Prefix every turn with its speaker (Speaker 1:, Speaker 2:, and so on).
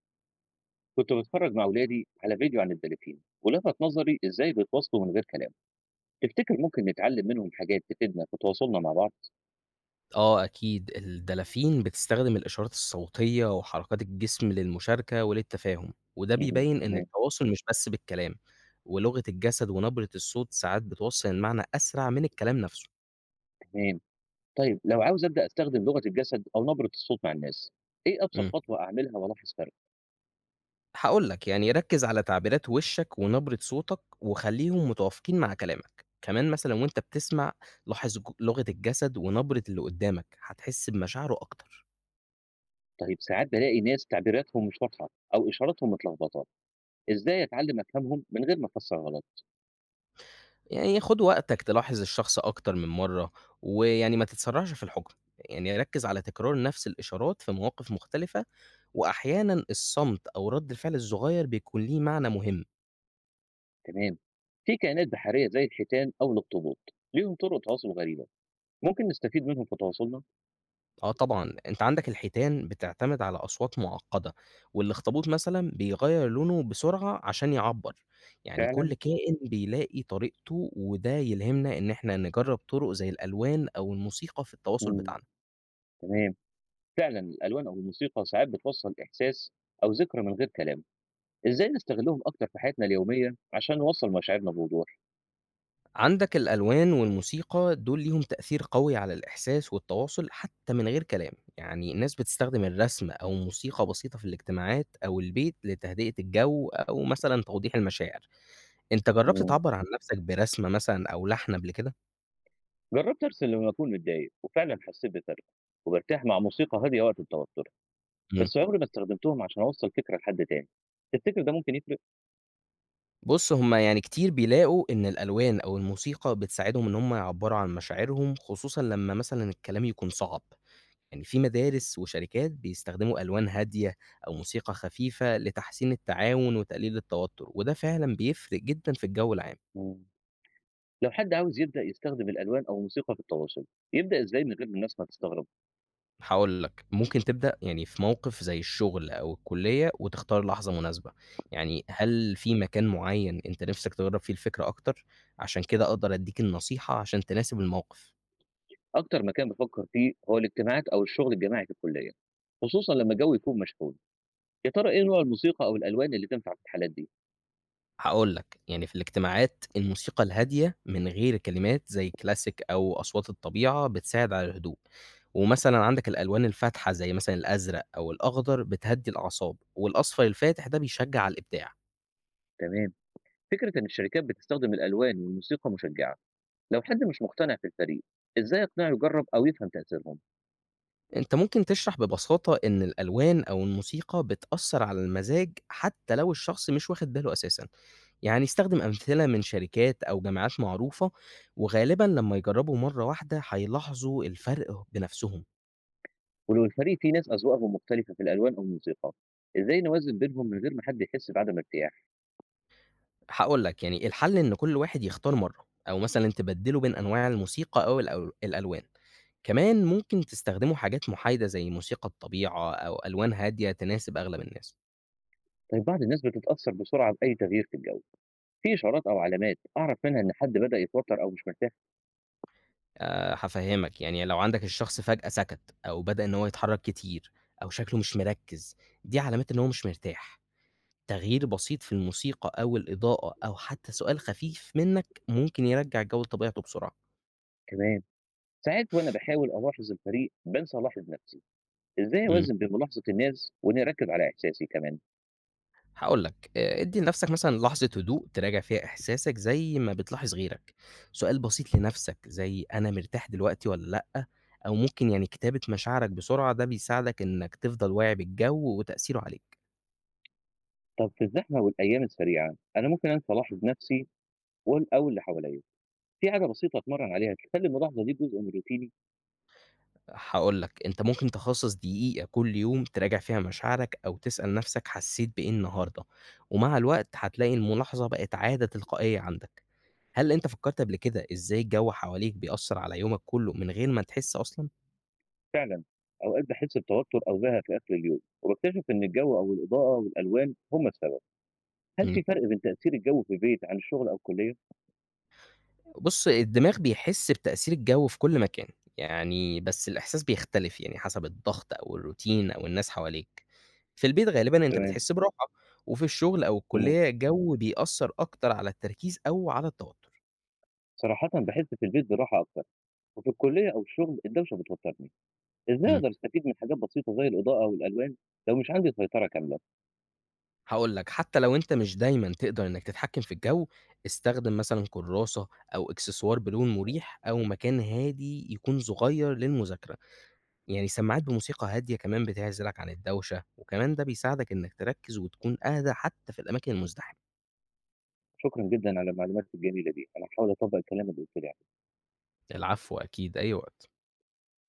Speaker 1: كنت بتفرج مع أولادي على فيديو عن الدلافين ولفت نظري إزاي بيتواصلوا من غير كلام. تفتكر ممكن نتعلم منهم حاجات تفيدنا في تواصلنا مع بعض؟
Speaker 2: آه أكيد، الدلافين بتستخدم الإشارات الصوتية وحركات الجسم للمشاركة وللتفاهم، وده
Speaker 1: مم،
Speaker 2: بيبين إن
Speaker 1: تمام.
Speaker 2: التواصل مش بس بالكلام، ولغة الجسد ونبرة الصوت ساعات بتوصّل المعنى أسرع من الكلام نفسه.
Speaker 1: تمام. طيب لو عاوز أبدأ أستخدم لغة الجسد أو نبرة الصوت مع الناس، إيه أبسط
Speaker 2: إمم،
Speaker 1: خطوة أعملها وألاحظ فرق؟
Speaker 2: هاقول لك يعني ركّز على تعبيرات وشّك ونبرة صوتك وخلّيهم متوافقين مع كلامك، كمان مثلًا وأنت بتسمع لاحظ لغة الجسد ونبرة اللي قدّامك، هتحس بمشاعره أكتر.
Speaker 1: طيب ساعات بلاقي ناس تعبيراتهم مش واضحة أو إشاراتهم متلخبطة، إزاي أتعلم أفهمهم من غير ما أفسر غلط؟
Speaker 2: يعني خُد وقتك تلاحظ الشخص أكتر من مرّة، ويعني ما تتسرّعش في الحُكم، يعني ركّز على تكرار نفس الإشارات في مواقف مختلفة، وأحيانًا الصمت أو رَد الفعل الصغيّر بيكون ليه معنى مهم.
Speaker 1: تمام. في كائنات بحرية زي الحيتان أو الأخطبوط ليهم طرق تواصل غريبة، ممكن نستفيد منهم في تواصلنا؟
Speaker 2: آه طبعًا، أنت عندك الحيتان بتعتمد على أصوات مُعقّدة، والأخطبوط مثلًا بيغيّر لونه بسرعة عشان يعبّر، يعني
Speaker 1: فعلا.
Speaker 2: كل كائن بيلاقي طريقته، وده يلهمنا إن إحنا نجرّب طُرق زي الألوان أو الموسيقى في التواصل
Speaker 1: مم.
Speaker 2: بتاعنا.
Speaker 1: تمام. فعلًا الألوان أو الموسيقى ساعات بتوصّل إحساس أو ذكرى من غير كلام، إزاي نستغلهم أكتر في حياتنا اليومية عشان نوصّل مشاعرنا بوضوح؟
Speaker 2: عندك الألوان والموسيقى دول ليهم تأثير قوي على الإحساس والتواصل حتى من غير كلام، يعني الناس بتستخدم الرسم أو موسيقى بسيطة في الاجتماعات أو البيت لتهدئة الجو أو مثلا توضيح المشاعر، أنت جربت
Speaker 1: إمم.
Speaker 2: تعبر عن نفسك برسمة مثلا أو لحن قبل كده؟
Speaker 1: جرّبت أرسم لمّا أكون متضايق وفعلًا حسّيت بفرق، وبارتاح مع موسيقى هادية وقت التوتر،
Speaker 2: إمم.
Speaker 1: بس عمري ما استخدمتهم عشان أوصّل فكرة لحد تاني، تفتكر ده ممكن يفرق؟
Speaker 2: بُص هم يعني كتير بيلاقوا إن الألوان أو الموسيقى بتساعدهم إن هم يعبروا عن مشاعرهم خصوصًا لما مثلا الكلام يكون صعب. يعني في مدارس وشركات بيستخدموا ألوان هادية أو موسيقى خفيفة لتحسين التعاون وتقليل التوتر وده فعلا بيفرق جدا في الجو العام.
Speaker 1: إمم. لو حد عاوز يبدأ يستخدم الألوان أو الموسيقى في التواصل، يبدأ إزاي من غير ما الناس ما تستغرب؟
Speaker 2: هقول لك ممكن تبدأ يعني في موقف زي الشغل أو الكلية وتختار لحظة مناسبة، يعني هل في مكان معين أنت نفسك تجرب فيه الفكرة أكتر عشان كده أقدر أديك النصيحة عشان تناسب الموقف.
Speaker 1: أكتر مكان بافكّر فيه هو الاجتماعات أو الشغل الجماعي في الكلية، خصوصًا لمّا الجو يكون مشحون. يا ترى إيه نوع الموسيقى أو الألوان اللي تنفع في الحالات دي؟
Speaker 2: هاقول لك، يعني في الاجتماعات الموسيقى الهادية من غير كلمات زي كلاسيك أو أصوات الطبيعة بتساعد على الهدوء، ومثلًا عندك الألوان الفاتحة زي مثلًا الأزرق أو الأخضر بتهدّي الأعصاب، والأصفر الفاتح ده بيشجع على الإبداع.
Speaker 1: تمام، فكرة إن الشركات بتستخدم الألوان والموسيقى مشجعة، لو حد مش مقتنع في الفريق، إزاي أقنعه يجرب أو يفهم تأثيرهم؟
Speaker 2: أنت ممكن تشرح ببساطة إن الألوان أو الموسيقى بتأثّر على المزاج حتى لو الشخص مش واخد باله أساسًا، يعني استخدم أمثلة من شركات أو جامعات معروفة، وغالبًا لمّا يجربوا مرّة واحدة هيلاحظوا الفرق بنفسهم.
Speaker 1: ولو الفريق فيه ناس أذواقهم مختلفة في الألوان أو الموسيقى، إزاي نوازن بينهم من غير ما حد يحس بعدم ارتياح؟
Speaker 2: هاقول لك، يعني الحل إن كل واحد يختار مرّة، أو مثلًا تبدّلوا بين أنواع الموسيقى أو الألوان. كمان ممكن تستخدموا حاجات محايدة زي موسيقى الطبيعة أو ألوان هادية تناسب أغلب الناس.
Speaker 1: طيب بعض الناس بتتأثر بسرعة بأي تغيير في الجو، في إشارات أو علامات أعرف منها إن حد بدأ يتوتر أو مش مرتاح؟
Speaker 2: هافهّمك، يعني لو عندك الشخص فجأة سكت أو بدأ إن هو يتحرّك كتير أو شكله مش مركّز، دي علامات إن هو مش مرتاح. تغيير بسيط في الموسيقى أو الإضاءة أو حتى سؤال خفيف منّك ممكن يرجّع الجو لطبيعته بسرعة.
Speaker 1: تمام، ساعات وأنا بحاول ألاحظ الفريق بنسى ألاحظ نفسي، إزاي
Speaker 2: إمم.
Speaker 1: أوازن بين ملاحظة الناس وإني أركز على إحساسي كمان؟
Speaker 2: هاقول لك، ادّي لنفسك مثلًا لحظة هدوء تراجع فيها إحساسك زي ما بتلاحظ غيرك، سؤال بسيط لنفسك زي أنا مرتاح دلوقتي والّا لأ، أو ممكن يعني كتابة مشاعرك بسرعة ده بيساعدك إنك تفضل واعي بالجو وتأثيره عليك.
Speaker 1: طب في الزحمة والأيام السريعة أنا ممكن أنسى ألاحظ نفسي أو اللي حواليا، في عادة بسيطة أتمرن عليها تخلي الملاحظة دي جزء من روتيني؟
Speaker 2: هاقول لك، أنت ممكن تخصص دقيقة كل يوم تراجع فيها مشاعرك أو تسأل نفسك حسيت بإيه النهارده، ومع الوقت هتلاقي الملاحظة بقت عادة تلقائية عندك. هل أنت فكرت قبل كده إزاي الجو حواليك بيأثر على يومك كله من غير ما تحس أصلًا؟
Speaker 1: فعلا. أوقات بحس بتوتر أو زهق في آخر اليوم، وبكتشف إن الجو أو الإضاءة والألوان هم السبب، هل
Speaker 2: إمم.
Speaker 1: في فرق بين تأثير الجو في البيت عن الشغل أو الكلية؟
Speaker 2: بُص، الدماغ بيحس بتأثير الجو في كل مكان، يعني بس الإحساس بيختلف يعني حسب الضغط أو الروتين أو الناس حواليك. في البيت غالبًا أنت
Speaker 1: تمام.
Speaker 2: بتحس براحة، وفي الشغل أو
Speaker 1: مم.
Speaker 2: الكلية الجو بيأثر أكتر على التركيز أو على التوتر.
Speaker 1: صراحة بحس في البيت براحة أكتر، وفي الكلية أو الشغل الدوشة بتوترني، إزاي
Speaker 2: إمم.
Speaker 1: أقدر أستفيد من حاجات بسيطة زي الإضاءة والألوان لو مش عندي سيطرة كاملة؟
Speaker 2: هاقول لك حتى لو أنت مش دايمًا تقدر إنك تتحكم في الجو، استخدم مثلًا كراسة أو إكسسوار بلون مريح أو مكان هادي يكون صغير للمذاكرة. يعني سماعات بموسيقى هادية كمان بتعزلك عن الدوشة، وكمان ده بيساعدك إنك تركز وتكون أهدى حتى في الأماكن المزدحمة.
Speaker 1: شكرا جدا على المعلومات الجميلة دي، أنا هحاول أطبق الكلام اللي قلت لي عليه.
Speaker 2: العفو أكيد، أي وقت.